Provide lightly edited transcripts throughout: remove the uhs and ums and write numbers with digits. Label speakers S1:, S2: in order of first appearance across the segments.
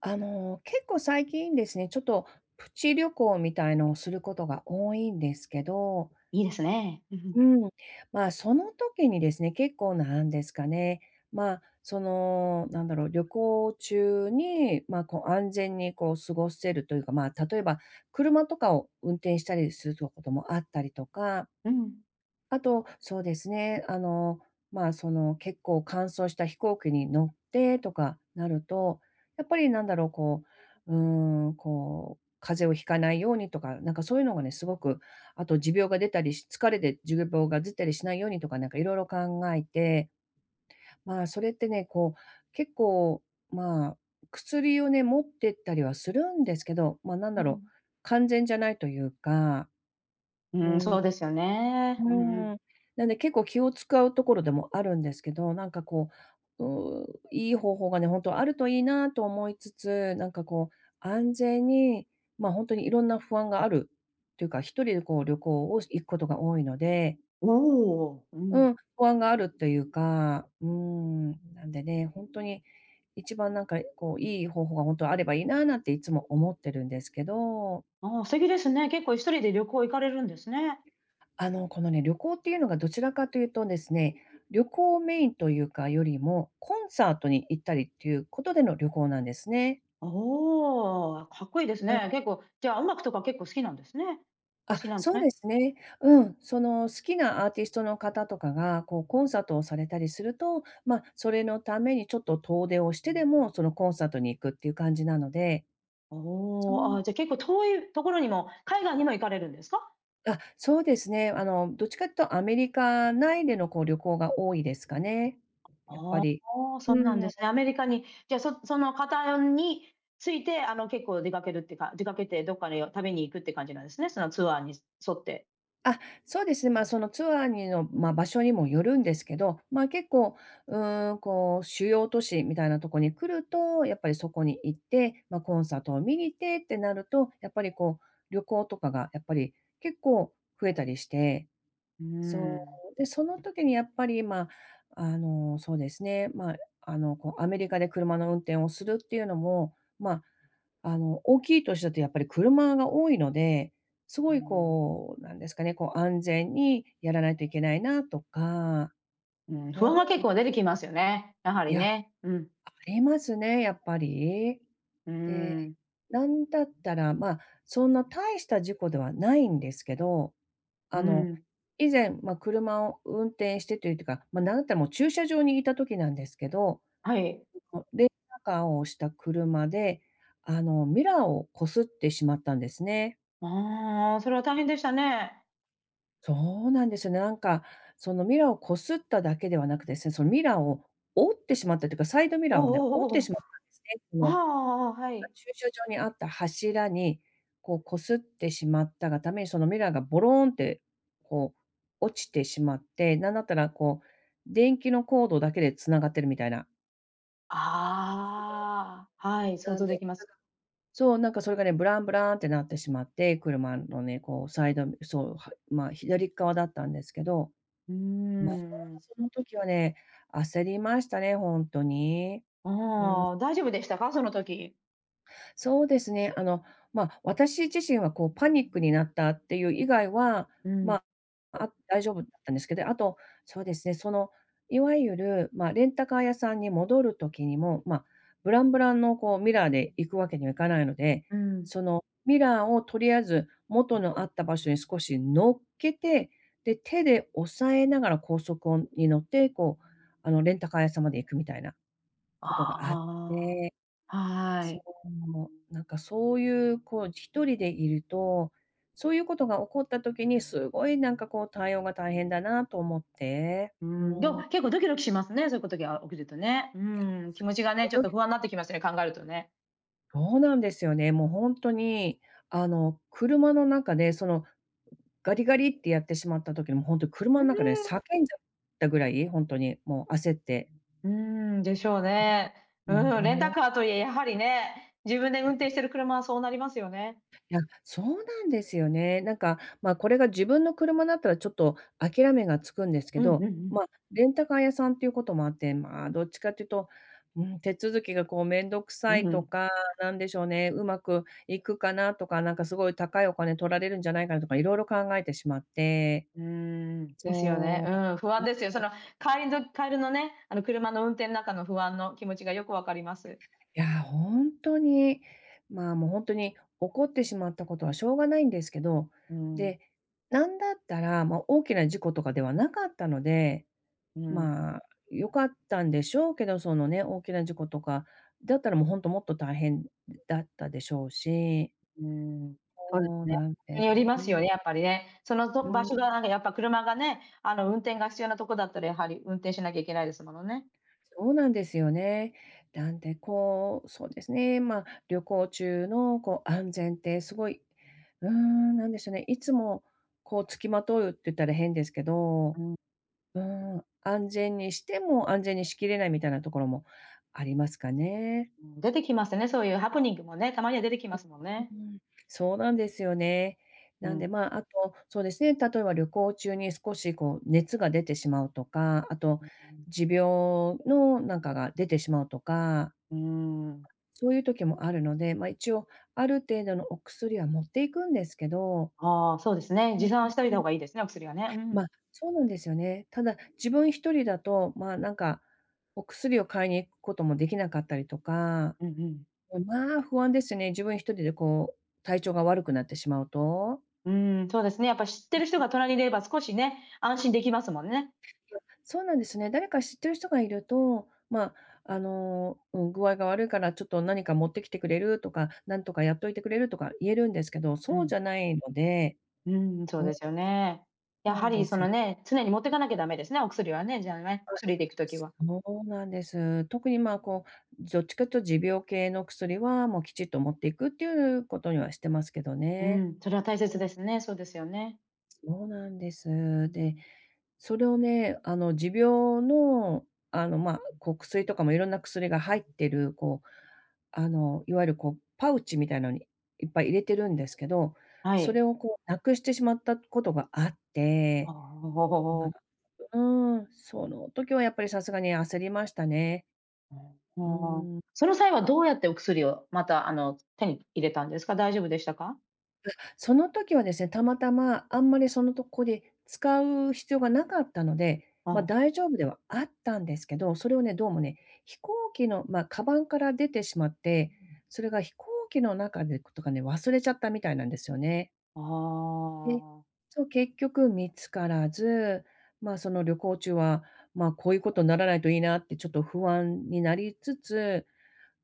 S1: あの、結構最近ですね、ちょっとプチ旅行みたいのをすることが多いんですけど、
S2: いいですね。うん
S1: うん、まあ、その時にですね、結構なんですかね、まあ、その、なんだろう、旅行中に、まあ、こう安全にこう過ごせるというか、まあ、例えば車とかを運転したりすることもあったりとか、
S2: うん。うん。
S1: あと、そうですね、あの、まあ、その、結構乾燥した飛行機に乗ってとかなると、やっぱりなんだろう、こう、こう、風邪をひかないようにとか、なんかそういうのがね、すごく、あと持病が出たりし疲れで持病が出たりしないようにとか、なんかいろいろ考えて、まあ、それってね、こう、結構、まあ、薬をね、持ってったりはするんですけど、まあ、なん
S2: う
S1: だろ
S2: ん。
S1: う、完全じゃないというか、う
S2: そ
S1: ん。
S2: うですよ
S1: う
S2: ね。うんうん。
S1: ーん。なんで結構気を使うところでもあるんですけど、なんかこう、いい方法がね、本当あるといいなと思いつつ、なんかこう、安全に、まあ本当にいろんな不安があるというか、一人でこう旅行を行くことが多いので、
S2: おお、うん。
S1: うん、不安があるというか、なんでね、本当に一番なんかこう、いい方法が本当あればいいななんていつも思ってるんですけど。
S2: ああ、素敵ですね。結構一人で旅行行かれるんですね。
S1: あの、このね、旅行っていうのがどちらかというとですね、旅行メインというかよりも、コンサートに行ったりっていうことでの旅行なんですね。
S2: おお、かっこいいです
S1: うん。
S2: ね。結構、じゃあ音楽とか結構好きなんですね。お好
S1: あ、
S2: きなんです
S1: そう
S2: ね。
S1: ですね。うん。その好きなアーティストの方とかが、こうコンサートをされたりすると、まあそれのためにちょっと遠出をしてでも、そのコンサートに行くっていう感じなので、
S2: お
S1: そ
S2: お、
S1: う
S2: あじゃあ結構遠いところにも、海外にも行かれるんですか？
S1: あ、そうですね。あの、どっちかというとアメリカ内でのこう旅行が多いですかね、やっ
S2: あ
S1: ぱり。
S2: あ、そうなん
S1: う
S2: で
S1: ん。
S2: すね。アメリカに、じゃあ、その方について、結構出かけるっていうか出かけてどっかに旅に行くって感じなんですね、そのツアーに沿って。
S1: あ、そうですね。まあ、そのツアーにの、まあ、場所にもよるんですけど、まあ結構、こう、主要都市みたいなとこに来ると、やっぱりそこに行って、まあ、コンサートを見に行ってってなると、やっぱりこう、旅行とかがやっぱり結構増えたりして、
S2: う
S1: そ
S2: ん。
S1: う、で、その時にやっぱり、まあ、あの、そうですね、まああの、こう、アメリカで車の運転をするっていうのも、まああの、大きい都市だとやっぱり車が多いので、す
S2: うー
S1: ごい
S2: ん、
S1: こう、なんですかね、こう安全にやらないといけないなとか、
S2: うん、不
S1: うん、
S2: 安は結構出てきますよね、やは
S1: い
S2: り
S1: や、
S2: ね。うん。
S1: ありますね、やっぱり。
S2: うー
S1: で、
S2: ん、
S1: なんだったら、まあ、そんな大した事故ではないんですけど、
S2: う
S1: あの、
S2: ん、
S1: 以前、まあ、車を運転してというか、まあ、なんだったらもう駐車場にいた時なんですけど、
S2: はい。
S1: レンタカーをした車で、あの、ミラーをこすってしまったんですね。
S2: ああ、それは大変でしたね。
S1: そうなんですよね。なんか、そのミラーを擦っただけではなくてですね、そのミラーを折ってしまったというか、サイドミ
S2: お
S1: ラーをね、折って
S2: おおおおお。
S1: しまったんですね。そ
S2: あ
S1: の、
S2: あはい。
S1: 駐車場にあった柱に、こう擦ってしまったがために、そのミラーがボローンって、こう落ちてしまって、なんだったらこう、電気のコードだけで繋がってるみたいな。
S2: ああ、はい、想
S1: なん
S2: 像
S1: で、
S2: できま
S1: それ
S2: す。
S1: がそう、なんかそれがね、ブランブランってなってしまって、車のね、こうサイドそう、はまあ、左側だったんですけど、
S2: うー
S1: まあ、
S2: ん。
S1: その時はね、焦りましたね、ほんとに。うー
S2: ああ、大丈夫でしたか？その時。
S1: そうですね。あの、まあ、私自身はこうパニックになったっていう以外は、
S2: う
S1: ま
S2: ん、
S1: ああ大丈夫だったんですけど、あと、そうですね、その、いわゆる、まあ、レンタカー屋さんに戻る時にも、まあ、ブランブランのこうミラーで行くわけにはいかないので、
S2: うん。
S1: そのミラーをとりあえず元のあった場所に少し乗っけて、で、手で押さえながら高速をに乗って、こう、あの、レンタカー屋さんまで行くみたいなことがあっ
S2: あ
S1: て、
S2: あ、は
S1: そ
S2: い。
S1: う、なんかそういう、こう一人でいると、そういうことが起こった時にすごいなんかこう対応が大変だなと思って。
S2: うん、でも結構ドキドキしますね、そういうことが起きるとね。うん、気持ちがね、ちょっと 不安になってきますね、考えるとね。
S1: そうなんですよね。もうほんとに、あの、車の中でそのガリガリってやってしまった時に、もうほんと車
S2: う
S1: の中でね
S2: ん。
S1: 叫んじゃったぐらい、ほんとにもう焦って、
S2: うーでしょうね。
S1: もう
S2: うん、レンタ
S1: ほ
S2: カーといえ、やはりね、自分で運転してる車はそうなりますよね。
S1: そうなんですよね。なんか、まあ、これが自分の車だったらちょっと諦めがつくんですけ
S2: うんうん
S1: ど、
S2: うん。
S1: まあ、レンタカー屋さんっていうこともあって、まあ、どっちかっていうと、うん、手続きがこうめんどく
S2: う
S1: さいと
S2: ん。
S1: か、なんでしょうね、うまくいくかなとか、なんかすごい高いお金取られるんじゃないかなとかいろいろ考えてしまって。
S2: うーですよね。
S1: そう。
S2: うん、不安ですよ。その、帰りのね、車の運転の中の不安の気持ちがよくわかります。
S1: いや、本当に、まあ、もう本当に怒ってしまったことはしょうがないんですけど、
S2: うん、
S1: で、なんだったら、まあ、大きな事故とかではなかったので、
S2: うん、
S1: まあ、良かったんでしょうけど、そのね、大きな事故とかだったらもう本当もっと大変だったでしょうし、
S2: うん。そうで
S1: そ
S2: す
S1: う
S2: ね。
S1: なん
S2: に
S1: で
S2: よりま
S1: う
S2: すよ
S1: ん、
S2: ね、やっぱりね。その
S1: う
S2: と場
S1: ん。
S2: 所がなんかやっぱ車がね、運転が必要なとこだったらやはり運転しなきゃいけないですものね。
S1: そうなんですよね。なんでこう、そうですね、まあ、旅行中のこう、安全ってすごい、なんでしょうね、いつもこう付きまとうって言ったら変ですけど、
S2: うん、
S1: 安全にしても安全にしきれないみたいなところもありますかね。
S2: うん、出てきますね、そういうハプニングもね、たまには出てきますもん
S1: う
S2: ね。
S1: ん、そうなんですよね。
S2: う
S1: なんで、
S2: ん。
S1: まあ、あと、そうですね、例えば旅行中に少しこう熱が出てしまうとか、あと
S2: うん、
S1: 持病のなんかが出てしまうとか、
S2: うーん。
S1: そういう時もあるので、まあ、一応ある程度のお薬は持っていくんですけど、
S2: ああ、そうですね。
S1: うん
S2: 持
S1: う
S2: 参
S1: ん
S2: しておい
S1: う
S2: た
S1: ん。
S2: 方がいいですね、お薬はね。うん。
S1: ま、そうなんですよね。ただ、自分一人だと、まあ、なんか、お薬を買いに行くこともできなかったりとか、
S2: うんうん。
S1: うん、まあ、不安ですね。自分一人でこう、体調が悪くなってしまうと。
S2: そうですね。やっぱ知ってる人が隣にいれば少しね、安心できますもんね。
S1: そうなんですね。誰か知ってる人がいると、まあ、あの、うん、具合が悪いからちょっと何か持ってきてくれるとか、なんとかやっといてくれるとか言えるんですけど、
S2: う
S1: そう
S2: ん。
S1: じゃないので。
S2: うん、そう
S1: うん、そ
S2: ですよね。
S1: う
S2: や
S1: な
S2: は
S1: んで
S2: りそ
S1: すよ。
S2: のね、常に持ってかなきゃダメですね、お薬はね、じゃあね、一人で行くときは。
S1: そうなんです。特に、まあ、こう、どっちかというと持病系の薬は、もうきちっと持っていくっていうことにはしてますけど
S2: う
S1: ね。
S2: ん、それは大切
S1: う
S2: で
S1: ん。
S2: すね。そうですよね。
S1: そうなんです。
S2: う
S1: で、
S2: ん、
S1: それをね、あの、持病の、あの、まあ、こう、薬とかもいろんな薬が入ってる、こう、あの、いわゆる、こう、パウチみたいなのにいっぱい入れてるんですけど、
S2: は
S1: そ
S2: い。
S1: れを、こう、なくしてしまったことがあっ
S2: あ
S1: て、
S2: あ、
S1: まあ、うん、その時はやっぱりさすがに焦りましたね。
S2: あ
S1: う
S2: あ。
S1: ん。
S2: その際はどうやってお薬をまた、手に入れたんですか？大丈夫でしたか？
S1: その時はですね、たまたまあんまりそのとこで使う必要がなかったので、
S2: ああ、
S1: 大丈夫ではあったんですけど、それをね、どうもね、飛行機の、カバンから出てしまって、それが飛行機の中でとかね、忘れちゃったみたいなんですよね。
S2: あ
S1: で、
S2: あ。
S1: そう、結局見つからず、その旅行中は、こういうことにならないといいなってちょっと不安になりつつ、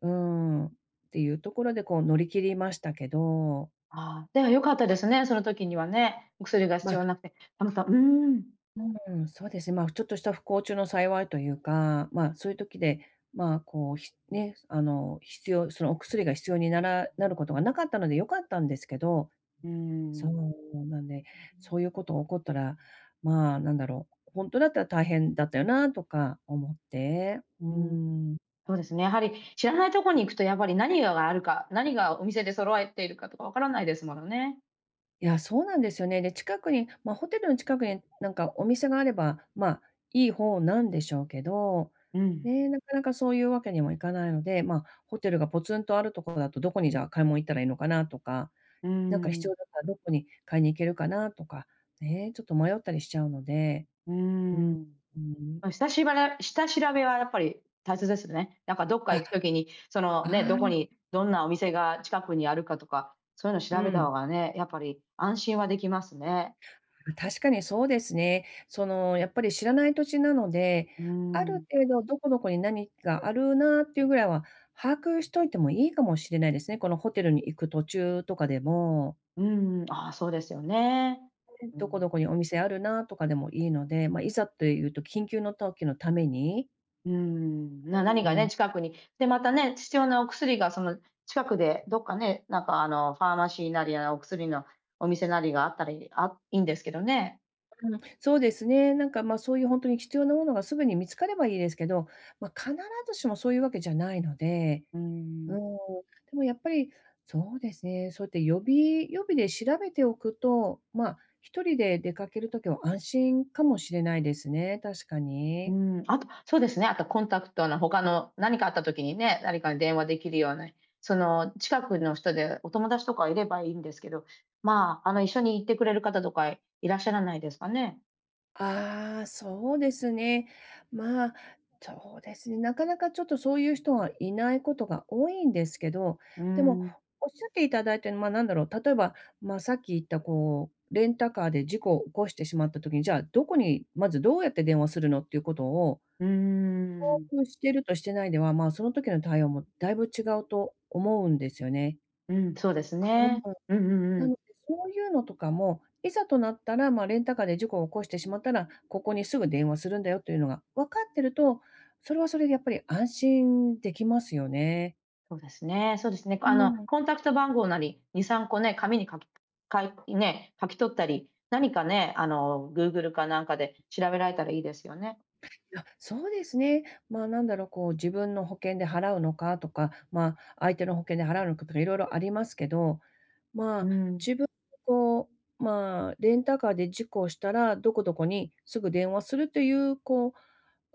S1: うん、っていうところでこう乗り切りましたけど、
S2: ああ、では良かったですね、その時にはね。お薬が
S1: ま、
S2: 必要
S1: あ
S2: なくて。たまたま。
S1: うん、そうですね、ちょっとした不幸中の幸いというか、そういう時で、まあ、こう、ひね、あの、必要そのお薬が必要にならなることがなかったので良かったんですけど、
S2: うー
S1: そ
S2: ん、
S1: うなんで、そういうことが起こったら、なんだろう、本当だったら大変だったよなとか思って、う
S2: うーん。
S1: ん。
S2: そうですね、やはり知らないとこに行くとやっぱり何があるか、何がお店で揃えているかとかわからないですものね。
S1: いや、そうなんですよね。で、近くに、ホテルの近くになんかお店があれば、いい方なんでしょうけど、
S2: うん、
S1: ね、なかなかそういうわけにもいかないので、ホテルがポツンとあるところだとどこにじゃあ買い物行ったらいいのかなとか、
S2: うー
S1: なんか必
S2: ん、
S1: 要だったらどこに買いに行けるかなとか、ね、ちょっと迷ったりしちゃうので、
S2: うー
S1: うん、
S2: ん。
S1: うん。
S2: ま、下しばら下調べはやっぱり大切ですね。なんかどっか
S1: あ、
S2: 行く時に、その
S1: あ
S2: ね、ど
S1: あ、
S2: こにどんなお店が近くにあるかとか、そういうの
S1: う
S2: 調べた
S1: ん。
S2: 方がね、やっぱり安心はできますね。
S1: ま確かにそうですね。その、やっぱり知らない土地なので、
S2: うー
S1: あ
S2: ん。
S1: る程度どこどこに何があるなっていうぐらいは把握しといてもいいかもしれないですね。このホテルに行く途中とかでも、
S2: うん、ああ、そうですよね。う
S1: どこ
S2: ん、
S1: どこにお店あるなとかでもいいので、いざというと緊急の時のために、
S2: うん、何
S1: う
S2: が
S1: ん、う
S2: ね、
S1: ん、
S2: 近くに。で、またね、必要なお薬がその近くでどっかね、なんかファーマシーなり、お薬のお店なりがあったらいいんですけどね。
S1: そうですね。なんか、ま、そういう本当に必要なものがすぐに見つかればいいですけど、必ずしもそういうわけじゃないので、
S2: うん、
S1: うん、でもやっぱり、そうですね、そうやって予備で調べておくと、一人で出かけるときは安心かもしれないですね、確か
S2: う
S1: に。
S2: ん、あと、そうですね、あとコンタクトの他の何かあった時にね、誰かに電話できるような、その近くの人でお友達とかいればいいんですけど、まあ、一緒に行ってくれる方とかいらっしゃらないですかね？
S1: ああ、そうですね。まあ、そうですね、なかなかちょっとそういう人はいないことが多いんですけど、
S2: う
S1: でも
S2: ん、
S1: おっしゃっていただいた、ま、なんだろう、例えば、ま、さっき言ったこう、レンタカーで事故を起こしてしまったときに、じゃあ、どこにまずどうやって電話するのっていうことを、
S2: うん。
S1: うん、してるとしてないでは、その時の対応もだいぶ違うと思うんですよね。
S2: うん、そうです
S1: うん。
S2: ね。うんうんう
S1: な
S2: ん。
S1: ので、そういうのとかも、いざとなったら、レンタカーで事故を起こしてしまったら、ここにすぐ電話するんだよというのが分かってると、それはそれでやっぱり安心できますよね。
S2: そうですねそうですね。
S1: うん。
S2: コンタクト番号なり、2、3個ね、紙に書きかいね、書き取ったり、何かね、Google かなんかで調べられたらいいですよね。
S1: あ、そうですね。なんだろう、こう、自分の保険で払うのかとか、相手の保険で払うのかとか、いろいろありますけど、ま
S2: う
S1: あ、
S2: ん、
S1: 自分、こう、まあ、レンタカーで事故をしたら、どこどこにすぐ電話するという、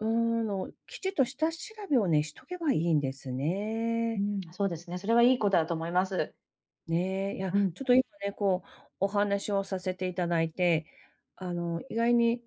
S1: う、うーきちっと下調べをね、しとけばいいんです
S2: う
S1: ね。
S2: ん、そうですね。それはいいことだと思います。
S1: ねえ、いや、
S2: うん。
S1: ちょっと今ね、こう、お話をさせていただいて、意外に、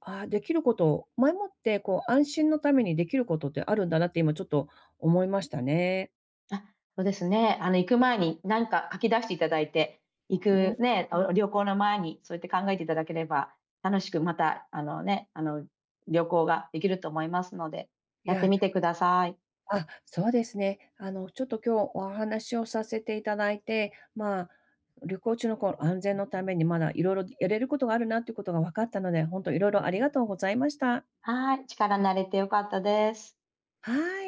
S1: ああ、できること前もって、こう、安心のためにできることってあるんだなって今ちょっと思いましたね。
S2: あ、そうですね。行く前に何か書き出していただいて、行
S1: うん、
S2: くね、お旅行の前にそうやって考えていただければ、楽しくまた、旅行ができると思いますので、
S1: い
S2: やって
S1: や、
S2: みてください。
S1: あ、そうですね。ちょっと今日お話をさせていただいて、旅行中のこう、安全のためにまだいろいろやれることがあるなっていうことが分かったので、本当いろいろありがとうございました。
S2: はい、力になれて良かったです。
S1: はい。